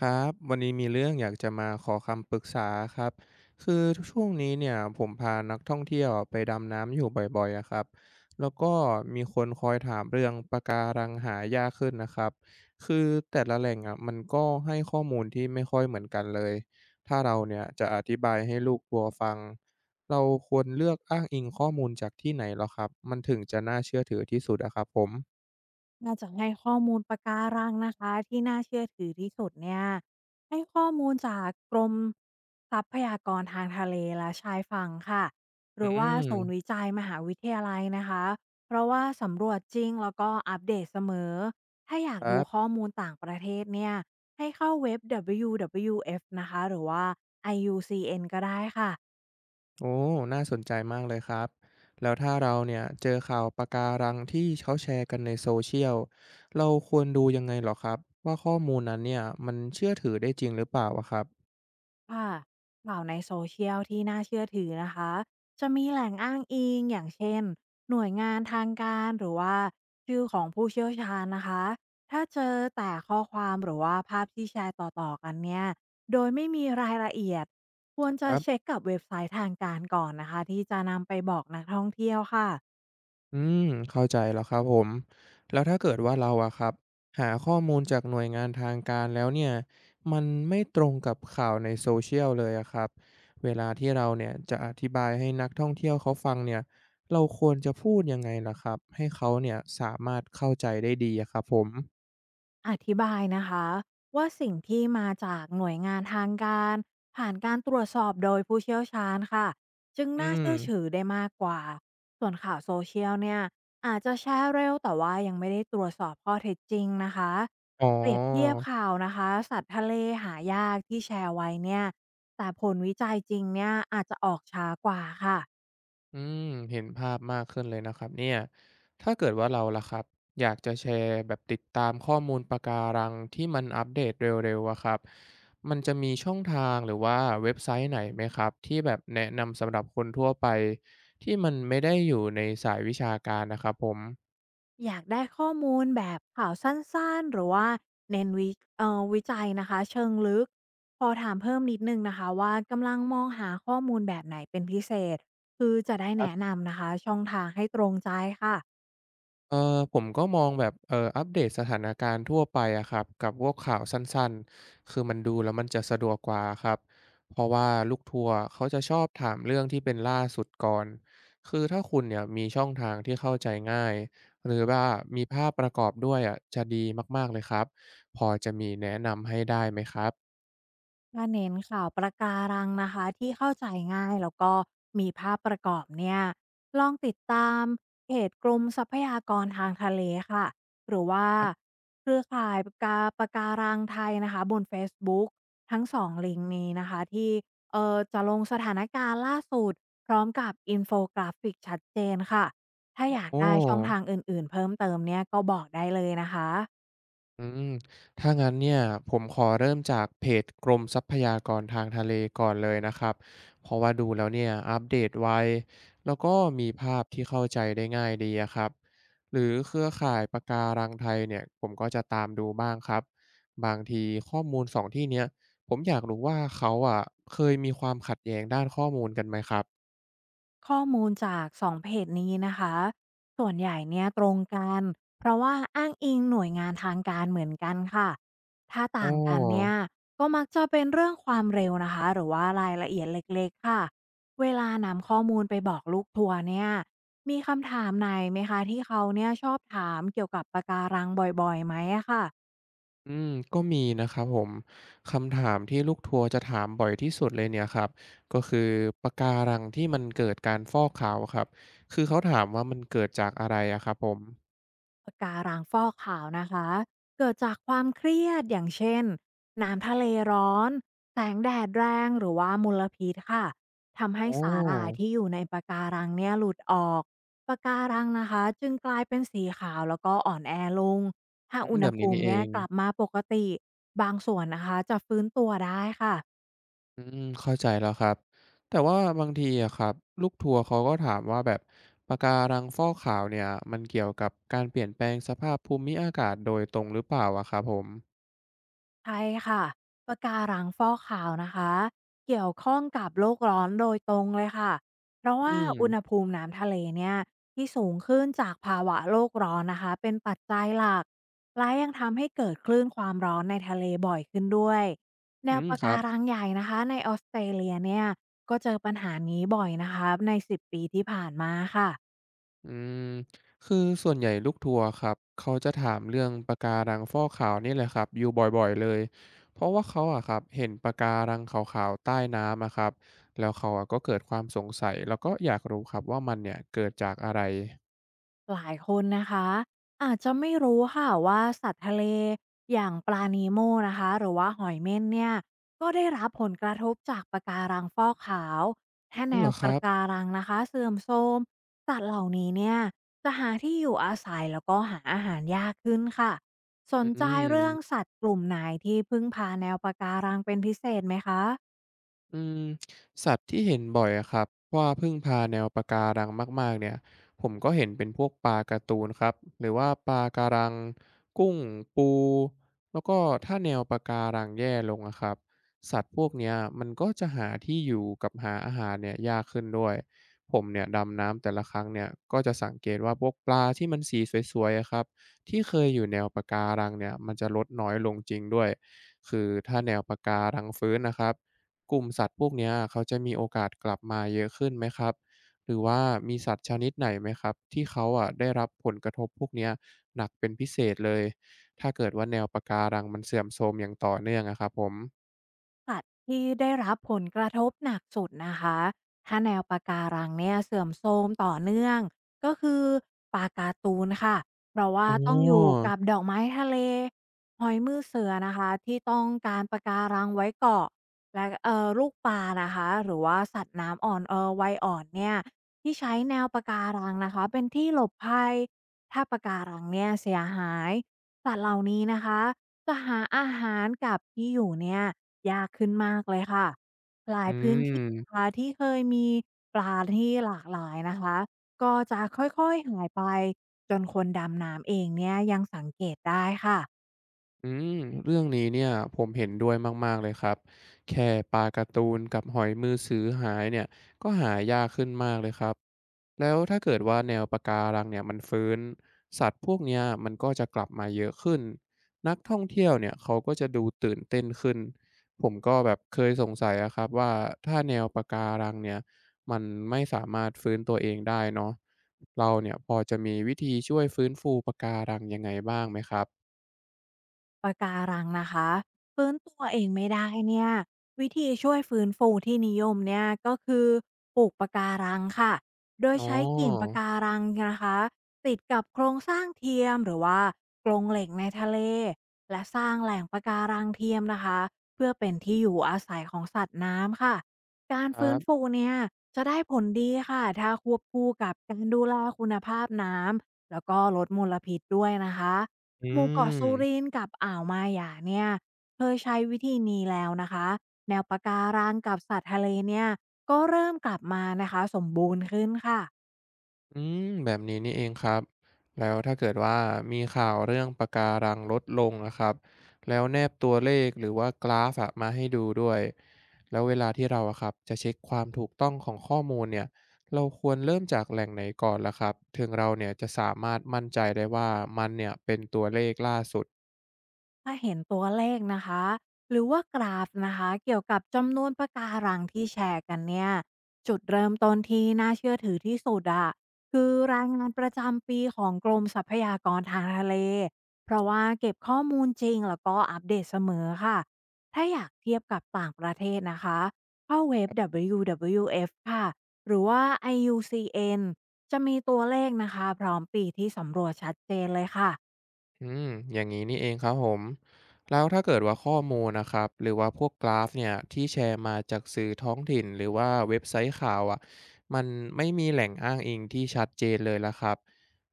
ครับวันนี้มีเรื่องอยากจะมาขอคำปรึกษาครับคือช่วงนี้เนี่ยผมพานักท่องเที่ยวไปดำน้ำอยู่บ่อยๆอะครับแล้วก็มีคนคอยถามเรื่องปะการังหายากขึ้นนะครับคือแต่ละแหล่งอ่ะมันก็ให้ข้อมูลที่ไม่ค่อยเหมือนกันเลยถ้าเราเนี่ยจะอธิบายให้ลูกทัวร์ฟังเราควรเลือกอ้างอิงข้อมูลจากที่ไหนเหรอครับมันถึงจะน่าเชื่อถือที่สุดอะครับผมน่าจะให้ข้อมูลปะการังนะคะที่น่าเชื่อถือที่สุดเนี่ยให้ข้อมูลจากกรมทรัพยากรทางทะเลและชายฝั่งค่ะหอืรือว่าศูนย์มวิจัยมหาวิทยาลัยนะคะเพราะว่าสำรวจจริงแล้วก็อัปเดตเสมอถ้าอยากครัดูข้บ อมูลต่างประเทศเนี่ยให้เข้าเว็บ WWF นะคะหรือว่า IUCN ก็ได้ค่ะ โอ้น่าสนใจมากเลยครับ แล้วถ้าเราเนี่ยเจอข่าวปะการังที่เขาแชร์กันในโซเชียล เราควรดูยังไงเหรอครับ ว่าข้อมูลนั้นเนี่ยมันเชื่อถือได้จริงหรือเปล่าอะครับ ค่ะข่าวในโซเชียลที่น่าเชื่อถือนะคะจะมีแหล่งอ้างอิงอย่างเช่นหน่วยงานทางการหรือว่าชื่อของผู้เชี่ยวชาญนะคะถ้าเจอแต่ข้อความหรือว่าภาพที่แชร์ต่อๆกันเนี่ยโดยไม่มีรายละเอียดควรจะเช็คกับเว็บไซต์ทางการก่อนนะคะที่จะนำไปบอกนักท่องเที่ยวค่ะ อืมเข้าใจแล้วครับผมแล้วถ้าเกิดว่าเราอะครับหาข้อมูลจากหน่วยงานทางการแล้วเนี่ยมันไม่ตรงกับข่าวในโซเชียลเลยอะครับเวลาที่เราเนี่ยจะอธิบายให้นักท่องเที่ยวเขาฟังเนี่ยเราควรจะพูดยังไงล่ะครับให้เขาเนี่ยสามารถเข้าใจได้ดีอะครับผมอธิบายนะคะว่าสิ่งที่มาจากหน่วยงานทางการผ่านการตรวจสอบโดยผู้เชี่ยวชาญค่ะจึงอืน่ามเชื่อถือได้มากกว่าส่วนข่าวโซเชียลเนี่ยอาจจะแชร์เร็วแต่ว่ายังไม่ได้ตรวจสอบข้อเท็จจริงนะคะอ๋อ เปรียบเทียบข่าวนะคะสัตว์ทะเลหายากที่แชร์ไว้เนี่ยแต่ผลวิจัยจริงเนี่ยอาจจะออกช้ากว่าค่ะ อืมเห็นภาพมากขึ้นเลยนะครับเนี่ยถ้าเกิดว่าเราล่ะครับอยากจะแชร์แบบติดตามข้อมูลปะการังที่มันอัปเดตเร็วๆอะครับมันจะมีช่องทางหรือว่าเว็บไซต์ไหนไหมครับที่แบบแนะนำสำหรับคนทั่วไปที่มันไม่ได้อยู่ในสายวิชาการนะครับผม อยากได้ข้อมูลแบบข่าวสั้นๆหรือว่าเน้นวิเอ่อวิจัยนะคะเชิงลึกพอถามเพิ่มนิดนึงนะคะว่ากำลังมองหาข้อมูลแบบไหนเป็นพิเศษคือจะได้แนะนำนะคะช่องทางให้ตรงใจค่ะ เออผมก็มองแบบอัปเดตสถานการณ์ทั่วไปอะครับกับพวกข่าวสั้นๆคือมันดูแล้วมันจะสะดวกกว่าครับเพราะว่าลูกทัวร์เขาจะชอบถามเรื่องที่เป็นล่าสุดก่อนคือถ้าคุณเนี่ยมีช่องทางที่เข้าใจง่ายหรือว่ามีภาพประกอบด้วยอะจะดีมากๆเลยครับพอจะมีแนะนำให้ได้ไหมครับก็เน้นข่าวประการังนะคะที่เข้าใจง่ายแล้วก็มีภาพประกอบเนี่ยลองติดตามเพจกรมทรัพยากรทางทะเลค่ะหรือว่าเครือข่ายประการังไทยนะคะบน Facebook ทั้งสองลิงก์นี้นะคะที่เออจะลงสถานการณ์ล่าสุดพร้อมกับอินโฟกราฟิกชัดเจนค่ะถ้าอยากโอได้ช่องทาง้ อื่นๆเพิ่มเติมเนี่ยก็บอกได้เลยนะคะ อืมถ้างั้นเนี่ยผมขอเริ่มจากเพจกรมทรัพยากรทางทะเลก่อนเลยนะครับเพราะว่าดูแล้วเนี่ยอัปเดตไวแล้วก็มีภาพที่เข้าใจได้ง่ายดีอะครับหรือเครือข่ายปะการังไทยเนี่ยผมก็จะตามดูบ้างครับบางทีข้อมูลสองที่เนี้ยผมอยากรู้ว่าเขาอ่ะเคยมีความขัดแย้งด้านข้อมูลกันไหมครับข้อมูลจาก2เพจนี้นะคะส่วนใหญ่เนี่ยตรงกันเพราะว่าอ้างอิงหน่วยงานทางการเหมือนกันค่ะถ้าโอต่างกันเนี่้ ยก็มักจะเป็นเรื่องความเร็วนะคะหรือว่ารายละเอียดเล็กๆค่ะเวลานำข้อมูลไปบอกลูกทัวร์เนี่ยมีคำถามไหนไหมคะที่เขาเนี่ยชอบถามเกี่ยวกับปะการังบ่อยๆไหมอะค่ะ ก็มีนะครับผมคำถามที่ลูกทัวร์จะถามบ่อยที่สุดเลยเนี่ยครับก็คือปะการังที่มันเกิดการฟอกขาวครับคือเขาถามว่ามันเกิดจากอะไรอะครับผมปะการังฟอกขาวนะคะเกิดจากความเครียดอย่างเช่นน้ำทะเลร้อนแสงแดดแรงหรือว่ามลพิษค่ะทำให้ออสาหร่ายที่อยู่ในปะการังเนี่ยหลุดออกปะการังนะคะจึงกลายเป็นสีขาวแล้วก็อ่อนแอลงถ้าอุณแบหบนี้ภูนี่มิเอเนี่ยงกลับมาปกติบางส่วนนะคะจะฟื้นตัวได้ค่ะ เข้าใจแล้วครับแต่ว่าบางทีอะครับลูกทัวร์เขาก็ถามว่าแบบปะการังฟอกขาวเนี่ยมันเกี่ยวกับการเปลี่ยนแปลงสภาพภูมิอากาศโดยตรงหรือเปล่าอะครับผมใช่ค่ะปะการังฟอกขาวนะคะ เกี่ยวข้องกับโลกร้อนโดยตรงเลยค่ะ เพราะอืว่าอุณหมภูมิน้ำทะเลเนี่ยที่สูงขึ้นจากภาวะโลกร้อนนะคะเป็นปัจจัยหลักและยังทำให้เกิดคลื่นความร้อนในทะเลบ่อยขึ้นด้วย แนอืวมปะครักาบ รังใหญ่นะคะในออสเตรเลียเนี่ยก็เจอปัญหานี้บ่อยนะคะใน10ปีที่ผ่านมาค่ะ อืมคือส่วนใหญ่ลูกทัวร์ครับเขาจะถามเรื่องปะการังฟอกขาวนี่แหละครับอยู่บ่อยๆเลยเพราะว่าเขาอะครับเห็นปะการังขาวๆใต้น้ำอะครับแล้วเขาอะก็เกิดความสงสัยแล้วก็อยากรู้ครับว่ามันเนี่ยเกิดจากอะไรหลายคนนะคะอาจจะไม่รู้ค่ะว่าสัตว์ทะเลอย่างปลานีโมนะคะหรือว่าหอยเม่นเนี่ยก็ได้รับผลกระทบจากปะการังฟอกขาวถ้าอ๋อแนเหรวอคปะรับการังนะคะเสื่อมโทรมสัตว์เหล่านี้เนี่ยจะหาที่อยู่อาศัยแล้วก็หาอาหารยากขึ้นค่ะสนอืใจเรื่องม สัตว์กลุ่มไหนที่พึ่งพาแนวปะการังเป็นพิเศษไหมคะ อืมสัตว์ที่เห็นบ่อยอะครับว่าพึ่งพาแนวปะการังมากๆเนี่ยผมก็เห็นเป็นพวกปลาการ์ตูนครับหรือว่าปลาการังกุ้งปู แล้วก็ถ้าแนวปะการังแย่ลงอะครับสัตว์พวกเนี้ยมันก็จะหาที่อยู่กับหาอาหารเนี่ยยากขึ้นด้วย ผมเนี่ยดำน้ำแต่ละครั้งเนี่ยก็จะสังเกตว่าพวกปลาที่มันสีสวยๆอะครับที่เคยอยู่แนวปะการังเนี่ยมันจะลดน้อยลงจริงด้วยคือถ้าแนวปะการังฟื้นนะครับ กลุ่มสัตว์พวกเนี้ยเขาจะมีโอกาสกลับมาเยอะขึ้นไหมครับหรือว่ามีสัตว์ชนิดไหนไหมครับที่เขาอะได้รับผลกระทบพวกเนี้ยหนักเป็นพิเศษเลยถ้าเกิดว่าแนวปะการังมันเสื่อมโทรมอย่างต่อเนื่องอะครับผมสัตว์ที่ได้รับผลกระทบหนักสุดนะคะ ถ้าแนวปะการังเนี่ยเสื่อมโทรมต่อเนื่องก็คือปลาการ์ตูนค่ะเพราะว่าโอ้ต้องอยู่กับดอกไม้ทะเลหอยมือเสือนะคะที่ต้องการปะการังไว้เกาะและลูกปลานะคะหรือว่าสัตว์น้ำอ่อนวัยอ่อนเนี่ยที่ใช้แนวปะการังนะคะเป็นที่หลบภัยถ้าปะการังเนี่ยเสียหายสัตว์เหล่านี้นะคะ จะหาอาหารกับที่อยู่เนี่ยยากขึ้นมากเลยค่ะหลาอืยพื้นที่นะม คะที่เคยมีปลาที่หลากหลายนะคะก็จะค่อยๆหายไปจนคนดำน้ำเองเนี่ยยังสังเกตได้ค่ะ อืมเรื่องนี้เนี่ยผมเห็นด้วยมากๆเลยครับแค่ปลาการ์ตูนกับหอยมือสือหายเนี่ยก็หายากขึ้นมากเลยครับแล้วถ้าเกิดว่าแนวปะการังเนี่ยมันฟื้นสัตว์พวกเนี้ยมันก็จะกลับมาเยอะขึ้นนักท่องเที่ยวเนี่ยเขาก็จะดูตื่นเต้นขึ้นผมก็แบบเคยสงสัยอะครับว่าถ้าแนวปะการังเนี่ยมันไม่สามารถฟื้นตัวเองได้เนาะเราเนี่ยพอจะมีวิธีช่วยฟื้นฟูปะการังยังไงบ้างไหมครับปะการังนะคะฟื้นตัวเองไม่ได้เนี่ยวิธีช่วยฟื้นฟูที่นิยมเนี่ยก็คือปลูกปะการังค่ะโดยอ๋อ ใช้กิ่งปะการังนะคะติดกับโครงสร้างเทียมหรือว่ากรงเหล็กในทะเลและสร้างแหล่งปะการังเทียมนะคะเพื่อเป็นที่อยู่อาศัยของสัตว์น้ำค่ะการครัฟื้นบฟูเนี่ยจะได้ผลดีค่ะถ้าควบคู่กับการดูแลคุณภาพน้ำแล้วก็ลดมลพิษด้วยนะคะ อืหมู่เกาะมสูรินกับอ่าวมาหยาเนี่ยเคยใช้วิธีนี้แล้วนะคะแนวปะการังกับสัตว์ทะเลเนี่ยก็เริ่มกลับมานะคะสมบูรณ์ขึ้นค่ะ อืมแบบนี้นี่เองครับแล้วถ้าเกิดว่ามีข่าวเรื่องปะการังลดลงนะครับแล้วแนบตัวเลขหรือว่ากราฟอะมาให้ดูด้วยแล้วเวลาที่เราอะครับจะเช็คความถูกต้องของข้อมูลเนี่ยเราควรเริ่มจากแหล่งไหนก่อนล่ะครับถึงเราเนี่ยจะสามารถมั่นใจได้ว่ามันเนี่ยเป็นตัวเลขล่าสุด ถ้าเห็นตัวเลขนะคะหรือว่ากราฟนะคะเกี่ยวกับจำนวนปะการังที่แชร์กันเนี่ยจุดเริ่มต้นที่น่าเชื่อถือที่สุดอะคือรายงานประจำปีของกรมทรัพยากรทางทะเลเพราะว่าเก็บข้อมูลจริงแล้วก็อัปเดตเสมอค่ะถ้าอยากเทียบกับต่างประเทศนะคะเข้าเว็บ WWF ค่ะหรือว่า IUCN จะมีตัวเลขนะคะพร้อมปีที่สำรวจชัดเจนเลยค่ะ อืมอย่างนี้นี่เองครับผมแล้วถ้าเกิดว่าข้อมูลนะครับหรือว่าพวกกราฟเนี่ยที่แชร์มาจากสื่อท้องถิ่นหรือว่าเว็บไซต์ข่าวอ่ะมันไม่มีแหล่งอ้างอิงที่ชัดเจนเลยละครับ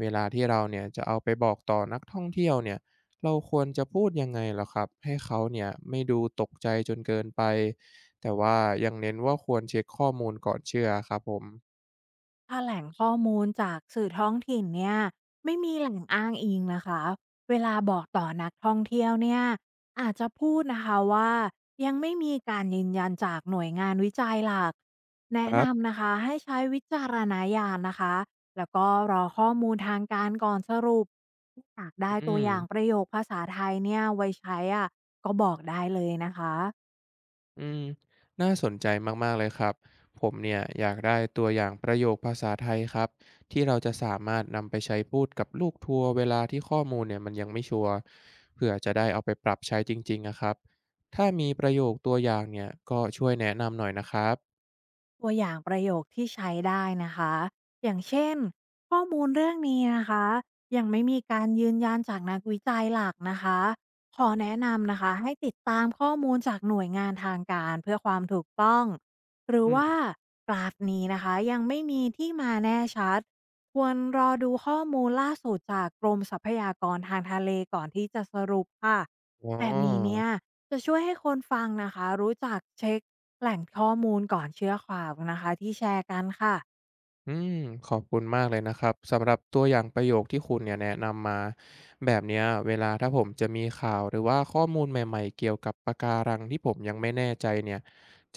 เวลาที่เราเนี่ยจะเอาไปบอกต่อนักท่องเที่ยวเนี่ยเราควรจะพูดยังไงเหรอครับให้เขาเนี่ยไม่ดูตกใจจนเกินไปแต่ว่ายังเน้นว่าควรเช็คข้อมูลก่อนเชื่อครับผมถ้าแหล่งข้อมูลจากสื่อท้องถิ่นเนี่ยไม่มีแหล่งอ้างอิงนะคะเวลาบอกต่อนักท่องเที่ยวเนี่ยอาจจะพูดนะคะว่ายังไม่มีการยืนยันจากหน่วยงานวิจัยหลักคแนะรับนำนะคะให้ใช้วิจารณญาณนะคะแล้วก็รอข้อมูลทางการก่อนสรุปถาอยากได้อืตัวม อย่างประโยคภาษาไทยเนี่ยไว้ใช้อ่ะก็บอกได้เลยนะคะ อืมน่าสนใจมากๆเลยครับผมเนี่ยอยากได้ตัวอย่างประโยคภาษาไทยครับที่เราจะสามารถนำไปใช้พูดกับลูกทัวร์เวลาที่ข้อมูลเนี่ยมันยังไม่ชัวร์เผื่อจะได้เอาไปปรับใช้จริงๆนะครับถ้ามีประโยคตัวอย่างเนี่ยก็ช่วยแนะนำหน่อยนะครับตัวอย่างประโยคที่ใช้ได้นะคะอย่างเช่นข้อมูลเรื่องนี้นะคะยังไม่มีการยืนยันจากนักวิจัยหลักนะคะขอแนะนำนะคะให้ติดตามข้อมูลจากหน่วยงานทางการเพื่อความถูกต้องหรืออืมว่ากราฟนี้นะคะยังไม่มีที่มาแน่ชัดควรรอดูข้อมูลล่าสุดจากกรมทรัพยากรทางทะเลก่อนที่จะสรุปค่ะอ๋แบบนี้อ เนี่ย จะช่วยให้คนฟังนะคะรู้จักเช็คแหล่งข้อมูลก่อนเชื่อข่าวนะคะที่แชร์กันค่ะ อืมขอบคุณมากเลยนะครับสำหรับตัวอย่างประโยคที่คุณเนี่ยแนะนำมาแบบเนี้ยเวลาถ้าผมจะมีข่าวหรือว่าข้อมูลใหม่ๆเกี่ยวกับปะการังที่ผมยังไม่แน่ใจเนี่ย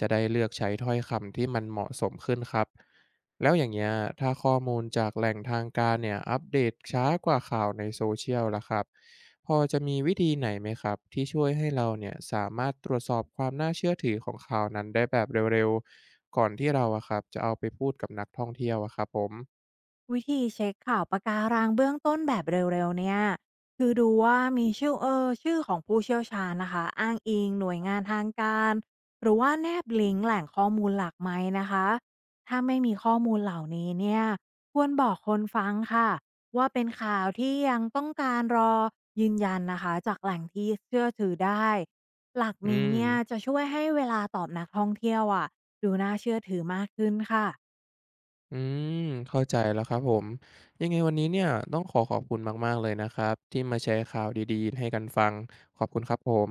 จะได้เลือกใช้ถ้อยคำที่มันเหมาะสมขึ้นครับ แล้วอย่างเงี้ยถ้าข้อมูลจากแหล่งทางการเนี่ยอัปเดตช้ากว่าข่าวในโซเชียลล่ะครับพอจะมีวิธีไหนไหมครับที่ช่วยให้เราเนี่ยสามารถตรวจสอบความน่าเชื่อถือของข่าวนั้นได้แบบเร็วๆก่อนที่เราอะครับจะเอาไปพูดกับนักท่องเที่ยวอะครับผมวิธีเช็คข่าวปะการังเบื้องต้นแบบเร็วๆเนี่ยคือดูว่ามีชื่อชื่อของผู้เชี่ยวชาญนะคะอ้างอิงหน่วยงานทางการหรือว่าแนบลิงก์แหล่งข้อมูลหลักไหมนะคะถ้าไม่มีข้อมูลเหล่านี้เนี่ยควรบอกคนฟังค่ะว่าเป็นข่าวที่ยังต้องการรอยืนยันนะคะจากแหล่งที่เชื่อถือได้หลักอืนี้เนี่ยจะมช่วยให้เวลาตอบนักท่องเที่ยวอะดูน่าเชื่อถือมากขึ้นค่ะ อืมเข้าใจแล้วครับผมยังไงวันนี้เนี่ยต้องขอขอบคุณมากๆเลยนะครับที่มาแชร์ข่าวดีๆให้กันฟังขอบคุณครับผม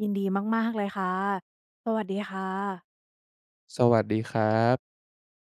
ยินดีมากๆเลยค่ะ สวัสดีค่ะสวัสดีครับ